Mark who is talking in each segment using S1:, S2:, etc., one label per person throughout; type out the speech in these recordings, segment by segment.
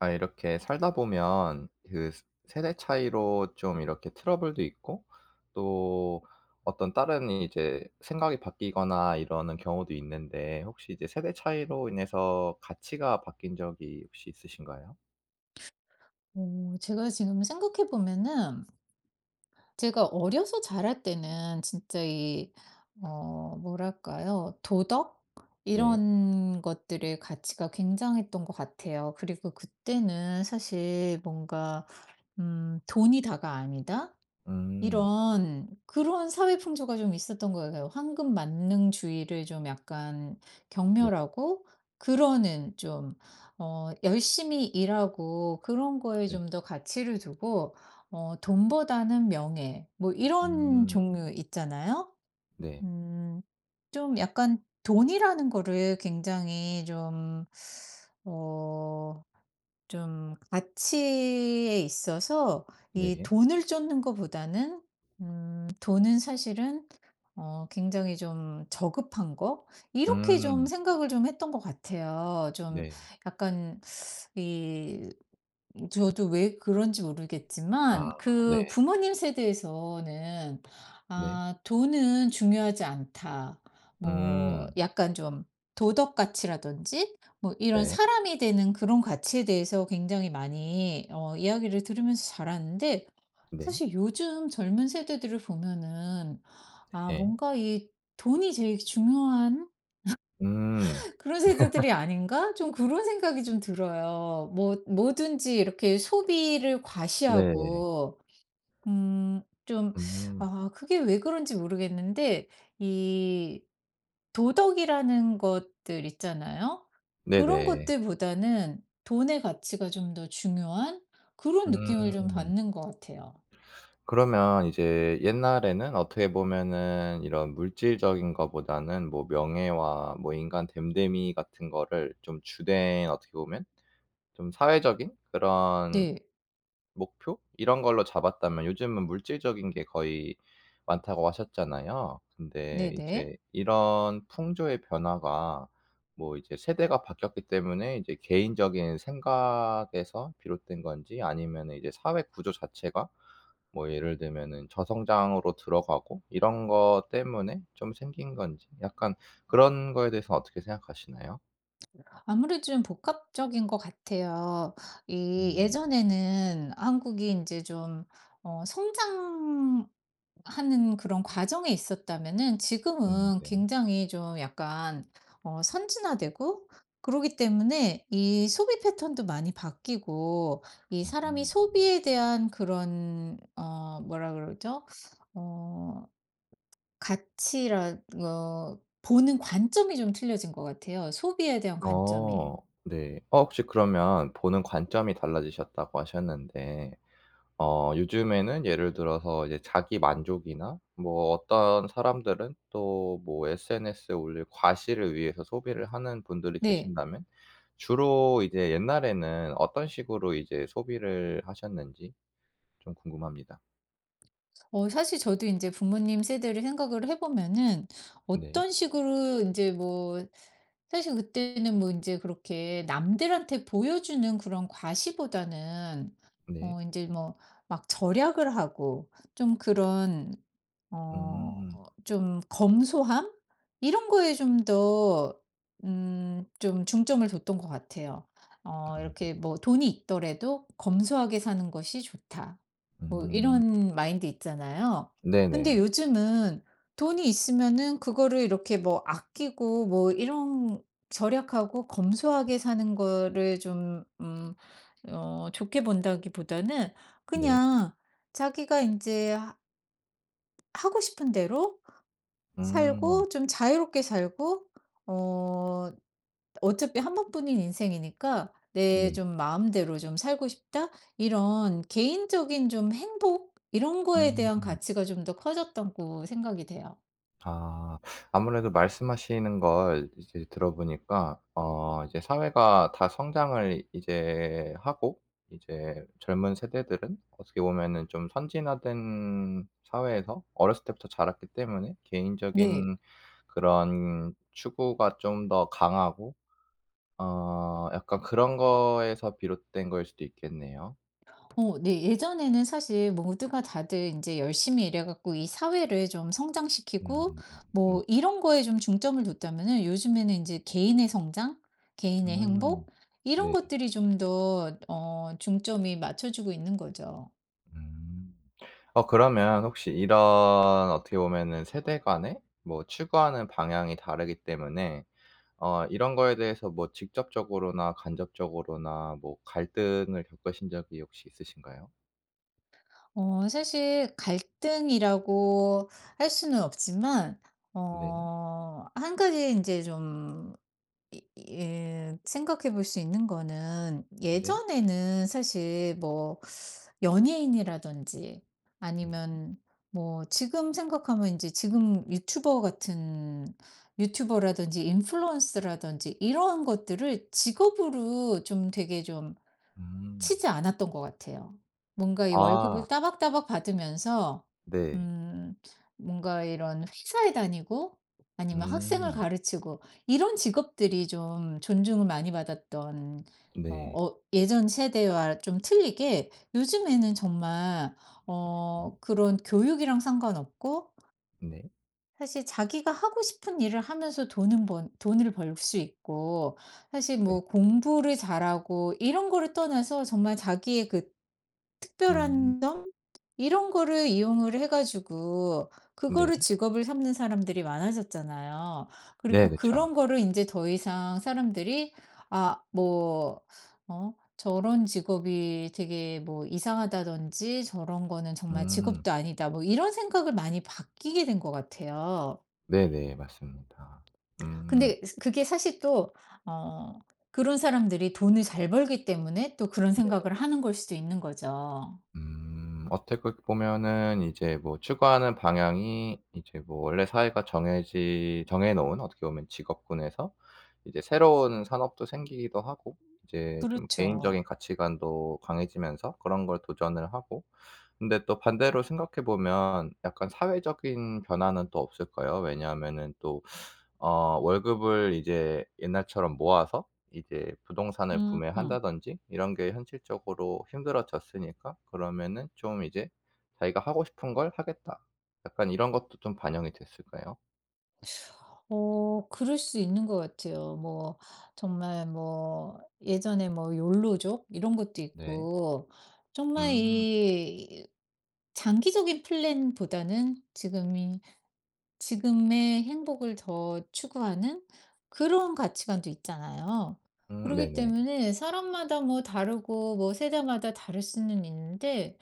S1: 아 이렇게 살다 보면 그 스 세대 차이로 좀 이렇게 트러블도 있고 또 어떤 다른 이제 생각이 바뀌거나 이러는 경우도 있는데 혹시 이제 세대 차이로 인해서 가치가 바뀐 적이 혹시 있으신가요?
S2: 오, 제가 지금 생각해 보면은 제가 어려서 자랄 때는 진짜 이 뭐랄까요? 도덕
S1: 네.
S2: 이런 것들의 가치가 굉장했던 것 같아요. 그리고 그때는 사실 뭔가 '돈이 다가 아니다.'
S1: 음.
S2: 이런 그런 사회 풍조가 좀 있었던 것 같아요. 황금 만능주의를 좀 약간
S1: 네.
S2: 경멸하고 그러는 좀 열심히 일하고 그런 거에
S1: 네.
S2: 좀 더 가치를 두고 돈보다는 명예 뭐 이런
S1: 음.
S2: 종류 있잖아요.
S1: 네.
S2: 음 좀 약간 돈이라는 거를 굉장히 좀어 좀 가치에 있어서 이
S1: 네.
S2: 돈을 쫓는 것보다는 돈은 사실은 굉장히 좀 저급한 거 이렇게 좀
S1: 음.
S2: 생각을 좀 했던 것 같아요. 좀
S1: 네.
S2: 약간 이 저도 왜 그런지
S1: 아
S2: 모르겠지만 그
S1: 네.
S2: 부모님 세대에서는
S1: 네.
S2: 아, 돈은 중요하지 않다. 뭐
S1: 음.
S2: 약간 좀 도덕 가치라든지 뭐 이런
S1: 네.
S2: 사람이 되는 그런 가치에 대해서 굉장히 많이 이야기를 들으면서 자랐는데
S1: 네.
S2: 사실 요즘 젊은 세대들을 보면은 아,
S1: 네.
S2: 뭔가 이 돈이 제일 중요한
S1: 음.
S2: 그런 세대들이 아닌가? 좀 그런 생각이 좀 들어요. 뭐 뭐든지 이렇게 소비를
S1: 네.
S2: 과시하고 음 좀
S1: 음.
S2: 그게 왜 그런지 모르겠는데 이 도덕이라는 것들 있잖아요. 그런
S1: 네네.
S2: 것들보다는 돈의 가치가 좀 더 중요한 그런 느낌을 좀
S1: 음.
S2: 받는 것 같아요.
S1: 그러면 이제 옛날에는 어떻게 보면은 이런 물질적인 거보다는 뭐 명예와 뭐 인간 됨됨이 같은 거를 좀 주된 어떻게 보면 좀 사회적인 그런
S2: 네.
S1: 목표 이런 걸로 잡았다면, 요즘은 물질적인 게 거의 많다고 하셨잖아요. 근데
S2: 네네.
S1: 이제 이런 풍조의 변화가 뭐 이제 세대가 바뀌었기 때문에 이제 개인적인 생각에서 비롯된 건지, 아니면은 이제 사회 구조 자체가 뭐 예를 들면은 저성장으로 들어가고 이런 것 때문에 좀 생긴 건지, 약간 그런 거에 대해서 어떻게 생각하시나요?
S2: 아무래도 좀 복합적인 것 같아요. 이
S1: 음.
S2: 예전에는 한국이 이제 좀 성장하는 그런 과정에 있었다면은 지금은
S1: 네.
S2: 굉장히 좀 약간 선진화되고 그러기 때문에 이 소비 패턴도 많이 바뀌고 이 사람이
S1: 음.
S2: 소비에 대한 그런 뭐라 그러죠? 어 가치라 어 보는 관점이 좀 틀려진 것 같아요, 소비에 대한 관점이.
S1: 어. 네. 어 혹시 그러면 보는 관점이 달라지셨다고 하셨는데, 어 요즘에는 예를 들어서 이제 자기 만족이나 뭐 어떤 사람들은 또 뭐 SNS에 올릴 과시를 위해서 소비를 하는 분들이
S2: 네.
S1: 계신다면, 주로 이제 옛날에는 어떤 식으로 이제 소비를 하셨는지 좀 궁금합니다.
S2: 사실 저도 이제 부모님 세대를 생각을 해 보면은
S1: 네.
S2: 어떤 식으로 이제 뭐 사실 그때는 뭐 이제 그렇게 남들한테 보여주는 그런 과시보다는
S1: 네.
S2: 이제 뭐 막 절약을 하고 좀 그런 어
S1: 음.
S2: 좀 검소함 이런 거에 좀 더 좀 중점을 뒀던 것 같아요.
S1: 아
S2: 이렇게
S1: 네.
S2: 뭐 돈이 있더라도 '검소하게 사는 것이 좋다.' 뭐
S1: 음.
S2: 이런 마인드 있잖아요. 근데
S1: 네네.
S2: 요즘은 돈이 있으면은 그거를 이렇게 뭐 아끼고 뭐 이런 절약하고 검소하게 사는 거를 좀 좋게 본다기보다는
S1: 네.
S2: 그냥 자기가 이제 하 하고 싶은 대로
S1: 음.
S2: 살고 좀 자유롭게 살고 어 어차피 한 번뿐인 인생이니까 '내
S1: 네.
S2: 좀 마음대로 좀 살고 싶다.' 이런 개인적인 좀 행복 이런 거에 대한
S1: 음.
S2: 가치가 좀 더 커졌다고 생각이 돼요.
S1: 아. 아무래도 말씀하시는 걸 이제 들어보니까 어 이제 사회가 다 성장을 이제 하고, 이제 젊은 세대들은 어떻게 보면은 좀 선진화된 사회에서 어렸을 때부터 자랐기 때문에
S2: 네.
S1: 개인적인 그런 추구가 좀 더 강하고, 어 약간 그런 거에서 비롯된 거일 수도 있겠네요.
S2: 네. 예전에는 사실 모두가 다들 이제 열심히 일해 갖고 이 사회를 좀 성장시키고
S1: 음.
S2: 뭐
S1: 네.
S2: 이런 거에 좀 중점을 뒀다면은 요즘에는 이제 개인의 성장, 개인의
S1: 음.
S2: 행복 이런
S1: 네.
S2: 것들이 좀 더 중점이 맞춰지고 있는 거죠.
S1: 음. 어 그러면 혹시 이런 어떻게 보면은 세대 간에 뭐 추구하는 방향이 다르기 때문에, 어 이런 거에 대해서 뭐 직접적으로나 간접적으로나 뭐 갈등을 겪으신 적이 혹시 있으신가요?
S2: 사실 갈등이라고 할 수는 없지만
S1: 네.
S2: 한 가지 이제 좀 이 생각해 볼 수 있는 거는
S1: 네.
S2: 예전에는 사실 뭐 연예인이라든지
S1: 네.
S2: 아니면 뭐 지금 생각하면 이제 지금 유튜버 같은 유튜버라든지 인플루언스라든지 이런 것들을 직업으로 좀 되게 좀
S1: 음.
S2: 치지 않았던 것 같아요. 뭔가 이
S1: 아
S2: 월급을 따박따박 받으면서
S1: 네.
S2: 음 뭔가 이런 회사에 다니고 아니면 학생을
S1: 음.
S2: 가르치고 이런 직업들이 좀 존중을 많이 받았던
S1: 네.
S2: 예전 세대와 좀 틀리게 요즘에는 정말
S1: 음.
S2: 그런 교육이랑 상관없고
S1: 네.
S2: 사실 자기가 하고 싶은 일을 하면서 돈은 번 돈을 벌 수 있고 사실
S1: 네.
S2: 뭐 공부를 잘하고 이런 거를 떠나서 정말 자기의 그
S1: 음.
S2: 특별한 점 이런 거를 이용을 해 가지고
S1: 네.
S2: 그거를 직업을 삼는 사람들이 많아졌잖아요.
S1: 네.
S2: 그리고
S1: 그쵸.
S2: 그런 거를 이제 더 이상 사람들이 아뭐어 저런 직업이 되게 뭐 이상하다든지 저런 거는 정말
S1: 음.
S2: 직업도 아니다. 뭐 이런 생각을 많이 바뀌게 된 것 같아요.
S1: 네네. 맞습니다. 음.
S2: 근데 그게 사실 또 어 그런 사람들이 돈을 잘 벌기 때문에 또 그런
S1: 네.
S2: 생각을 하는 걸 수도 있는 거죠.
S1: 음. 어떻게 보면은 이제 뭐 추구하는 방향이 이제 뭐 원래 사회가 정해 놓은 어떻게 보면 직업군에서 이제 새로운 산업도 생기기도 하고, 이제 좀
S2: 그렇죠.
S1: 개인적인 가치관도 강해지면서 그런 걸 도전을 하고. 근데 또 반대로 생각해 보면 약간 사회적인 변화는 또 없을까요? 왜냐하면은 또 어 월급을 이제 옛날처럼 모아서 이제 부동산을
S2: 음.
S1: 구매한다든지 이런 게 현실적으로 힘들어졌으니까, 그러면은 좀 이제 '자기가 하고 싶은 걸 하겠다.' 약간 이런 것도 좀 반영이 됐을까요?
S2: 그럴 수 있는 것 같아요. 뭐 정말 뭐 예전에 뭐 욜로족 이런 것도
S1: 네.
S2: 있고 정말
S1: 음.
S2: 이 장기적인 플랜보다는 지금이 지금의 행복을 더 추구하는 그런 가치관도 있잖아요. 그렇기
S1: 네네.
S2: 때문에 사람마다 뭐 다르고 뭐 세대마다 다를 수는 있는데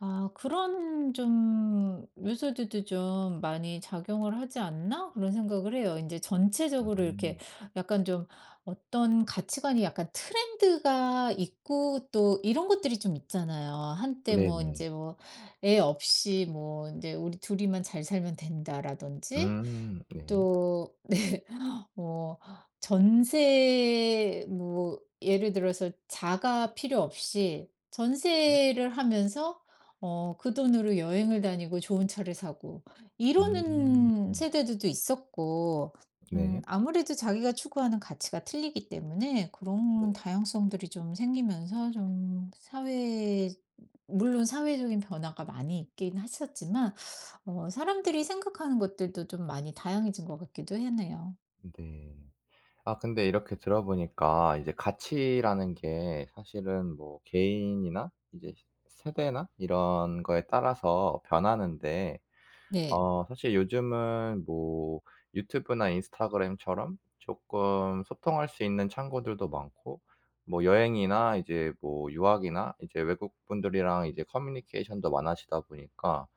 S2: 그런 좀 요소들도 좀 많이 작용을 하지 않나? 그런 생각을 해요. 이제 전체적으로 이렇게
S1: 음.
S2: 약간 좀 어떤 가치관이 약간 트렌드가 있고 또 이런 것들이 좀 있잖아요. 한때 뭐 이
S1: 네네.
S2: 제 뭐 "애 없이 뭐 이제 우리 둘이만 잘 살면 된다."라든지
S1: 네.
S2: 또 네. 어 전세 뭐 예를 들어서 자가 필요 없이
S1: 네.
S2: 전세를 하면서 그 돈으로 여행을 다니고 좋은 차를 사고
S1: 음.
S2: 이러는 세대들도 있었고
S1: 네.
S2: 아무래도 자기가 추구하는 가치가 틀리기 때문에
S1: 네.
S2: 그런 다양성들이 좀 생기면서 좀 사회 물론 사회적인 변화가 많이 있긴 했었지만 사람들이 생각하는 것들도 좀 많이 다양해진 것 같기도 하네요.
S1: 네. 아 근데 이렇게 들어보니까 이제 가치라는 게 사실은 뭐 개인이나 이제 세대나 이런 거에 따라서 변하는데,
S2: 네.
S1: 어 사실 요즘은 뭐 유튜브나 인스타그램처럼 조금 소통할 수 있는 창구들도 많고 뭐 여행이나 이제 뭐 유학이나 이제 외국분들이랑 이제 커뮤니케이션도 많아지다 보니까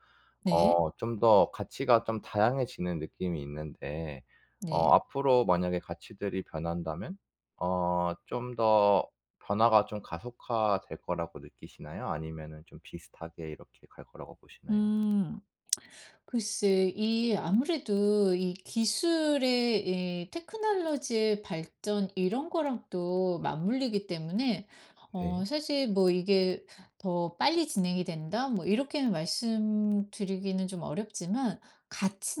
S2: 네.
S1: 어 좀 더 가치가 좀 다양해지는 느낌이 있는데, 어
S2: 네.
S1: 앞으로 만약에 가치들이 변한다면 어 좀 더 변화가 좀 가속화될 거라고 느끼시나요? 아니면은 좀 비슷하게 이렇게 갈 거라고 보시나요?
S2: 음. 글쎄 이 아무래도 이 테크놀로지의 발전 이런 거랑 또 맞물리기 때문에
S1: 네.
S2: 사실 뭐 "이게 더 빨리 진행이 된다." 뭐 이렇게는 말씀드리기는 좀 어렵지만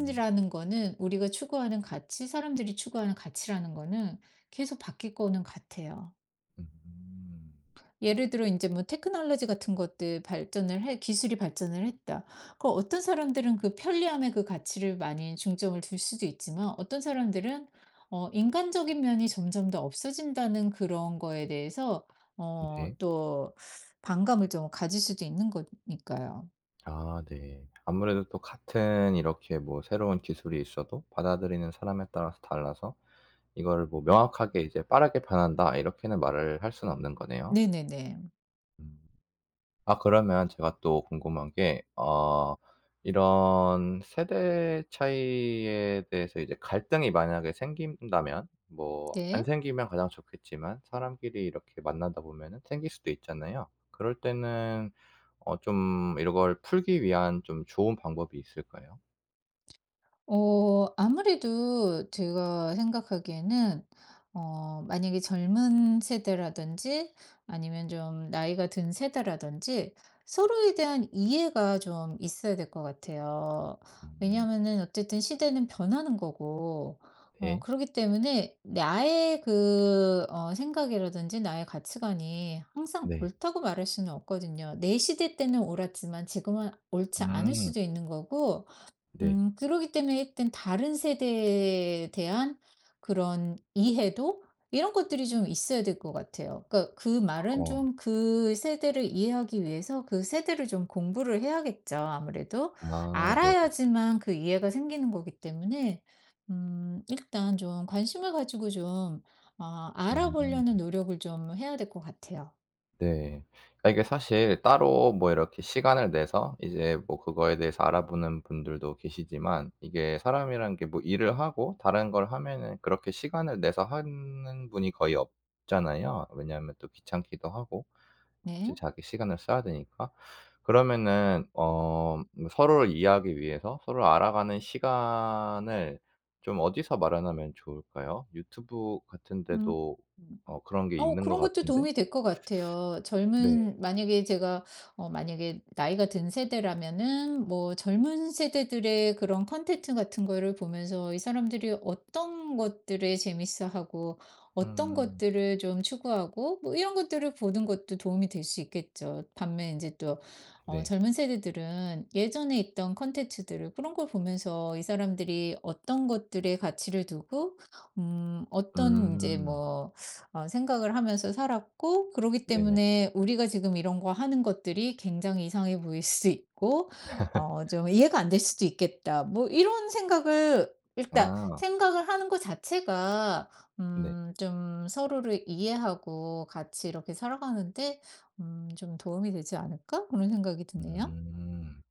S1: 음.
S2: 거는 우리가 추구하는 가치, 사람들이 추구하는 가치라는 거는 계속 바뀔 거는 같아요.
S1: 음.
S2: 예를 들어 이제 뭐 테크놀로지 같은 것들 발전을 해 기술이 발전을 했다. 그 어떤 사람들은 그 편리함의 그 가치를 많이 중점을 둘 수도 있지만 어떤 사람들은 인간적인 면이 점점 더 없어진다는 그런 거에 대해서
S1: 네.
S2: 또 반감을 좀 가질 수도 있는 거니까요.
S1: 아 네. 아무래도 또 같은 이렇게 뭐 새로운 기술이 있어도 받아들이는 사람에 따라서 달라서 이거를 뭐 명확하게 이제 "빠르게 변한다." 이렇게는 말을 할 수는 없는 거네요.
S2: 네네네.
S1: 음. 아 그러면 제가 또 궁금한 게, 어 이런 세대 차이에 대해서 이제 갈등이 만약에 생긴다면, 뭐 안
S2: 네.
S1: 생기면 가장 좋겠지만 사람끼리 이렇게 만나다 보면은 생길 수도 있잖아요. 그럴 때는 어 좀 이걸 풀기 위한 좀 좋은 방법이 있을까요?
S2: 아무래도 제가 생각하기에는 만약에 젊은 세대라든지 아니면 좀 나이가 든 세대라든지 서로에 대한 이해가 좀 있어야 될 것 같아요.
S1: 음
S2: 왜냐하면은 어쨌든 시대는 변하는 거고
S1: 네.
S2: 그렇기 때문에 나의 그 생각이라든지 나의 가치관이 항상
S1: 네.
S2: 옳다고 말할 수는 없거든요. 내 시대 때는 옳았지만 지금은 옳지 않을
S1: 음.
S2: 수도 있는 거고
S1: 네.
S2: 그러기 때문에 일단 다른 세대에 대한 그런 이해도 이런 것들이 좀 있어야 될 것 같아요. 그러니까 그 말은
S1: 어.
S2: 좀 그 세대를 이해하기 위해서 그 세대를 좀 공부를 해야겠죠, 아무래도.
S1: 아 네.
S2: 알아야지만 그 이해가 생기는 거기 때문에 일단 좀 관심을 가지고 좀
S1: 음.
S2: 알아보려는 노력을 좀 해야 될 것 같아요.
S1: 네. 아 이게 사실 따로 뭐 이렇게 시간을 내서 이제 뭐 그거에 대해서 알아보는 분들도 계시지만, 이게 사람이란 게 뭐 일을 하고 다른 걸 하면은 그렇게 시간을 내서 하는 분이 거의 없잖아요. 왜냐하면 또 귀찮기도 하고
S2: 네.
S1: 이제 자기 시간을 써야 되니까. 그러면은 어 뭐 서로를 이해하기 위해서 서로를 알아가는 시간을 좀 어디서 마련하면 좋을까요? 유튜브 같은
S2: 음.
S1: 데도 어 그런 게 있는 것
S2: 그런 것도
S1: 같은데?
S2: 도움이 될 것 같아요.
S1: 네.
S2: 젊은 만약에 제가 만약에 나이가 든 세대라면은 뭐 젊은 세대들의 그런 컨텐츠 같은 거를 보면서 이 사람들이 어떤 것들에 재밌어하고 어떤
S1: 음.
S2: 것들을 좀 추구하고 뭐 이런 것들을 보는 것도 도움이 될 수 있겠죠. 반면 이제 또
S1: 네.
S2: 젊은 세대들은 예전에 있던 컨텐츠들을 그런 걸 보면서 이 사람들이 어떤 것들에 가치를 두고 어떤 이제
S1: 음.
S2: 뭐 어 생각을 하면서 살았고 그러기
S1: 네네.
S2: 때문에 우리가 지금 이런 거 하는 것들이 굉장히 이상해 보일 수 있고 좀 '이해가 안 될 수도 있겠다.' 뭐 이런 생각을 일단
S1: 아
S2: 생각을 하는 것 자체가
S1: 네.
S2: 좀 서로를 이해하고 같이 이렇게 살아가는데 '좀 도움이 되지 않을까?' 그런 생각이 드네요.
S1: 음.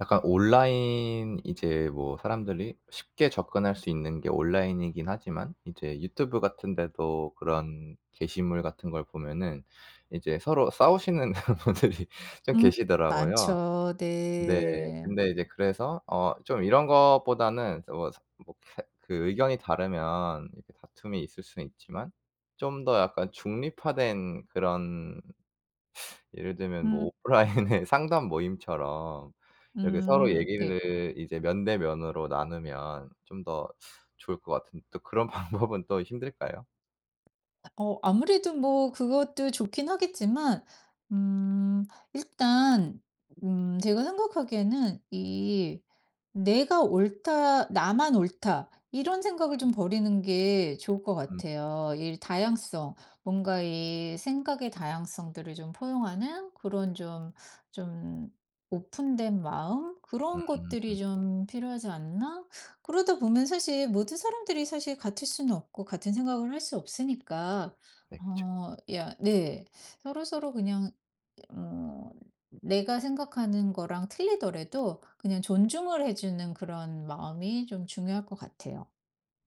S1: 약간 온라인 이제 뭐 사람들이 쉽게 접근할 수 있는 게 온라인이긴 하지만, 이제 유튜브 같은 데도 그런 게시물 같은 걸 보면은 이제 서로 싸우시는 분들이 좀
S2: 음
S1: 계시더라고요.
S2: 많죠.
S1: 네.
S2: 네.
S1: 근데 이제 그래서 어 좀 이런 것보다는 뭐 사 뭐 해 그 의견이 다르면 이렇게 다툼이 있을 수는 있지만 좀 더 약간 중립화된 그런, 예를 들면 뭐
S2: 음
S1: 오프라인의 상담 모임처럼 이렇게 서로
S2: 네.
S1: 얘기를 이제 면대 면으로 나누면 좀 더 좋을 것 같은데, 또 그런 방법은 또 힘들까요?
S2: 아무래도 뭐 그것도 좋긴 하겠지만 음 일단 제가 생각하기에는 이 '내가 옳다. 나만 옳다.' 이런 생각을 좀 버리는 게 좋을 것 같아요. 이 다양성 뭔가 이 생각의 다양성들을 좀 포용하는 그런 좀 오픈된 마음 그런 것들이
S1: 음음.
S2: 좀 필요하지 않나? 그러다 보면 사실 모든 사람들이 사실 같을 수는 없고 같은 생각을 할 수 없으니까
S1: 네 그쵸.
S2: 어, 야, 네. 서로서로 그냥 어, 내가 생각하는 거랑 틀리더라도 그냥 존중을 해주는 그런 마음이 좀 중요할 것 같아요.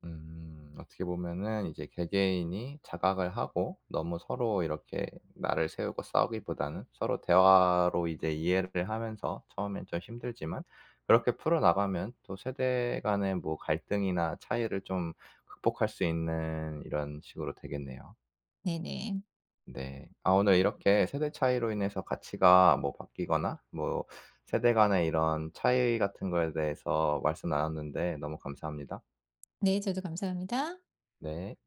S1: 음. 어떻게 보면은 이제 개개인이 자각을 하고 너무 서로 이렇게 나를 세우고 싸우기보다는 서로 대화로 이제 이해를 하면서 처음엔 좀 힘들지만 그렇게 풀어나가면 또 세대 간의 뭐 갈등이나 차이를 좀 극복할 수 있는, 이런 식으로 되겠네요.
S2: 네네.
S1: 네. 아 오늘 이렇게 세대 차이로 인해서 가치가 뭐 바뀌거나 뭐 세대 간의 이런 차이 같은 거에 대해서 말씀 나눴는데 너무 감사합니다.
S2: 네, 저도 감사합니다.
S1: 네.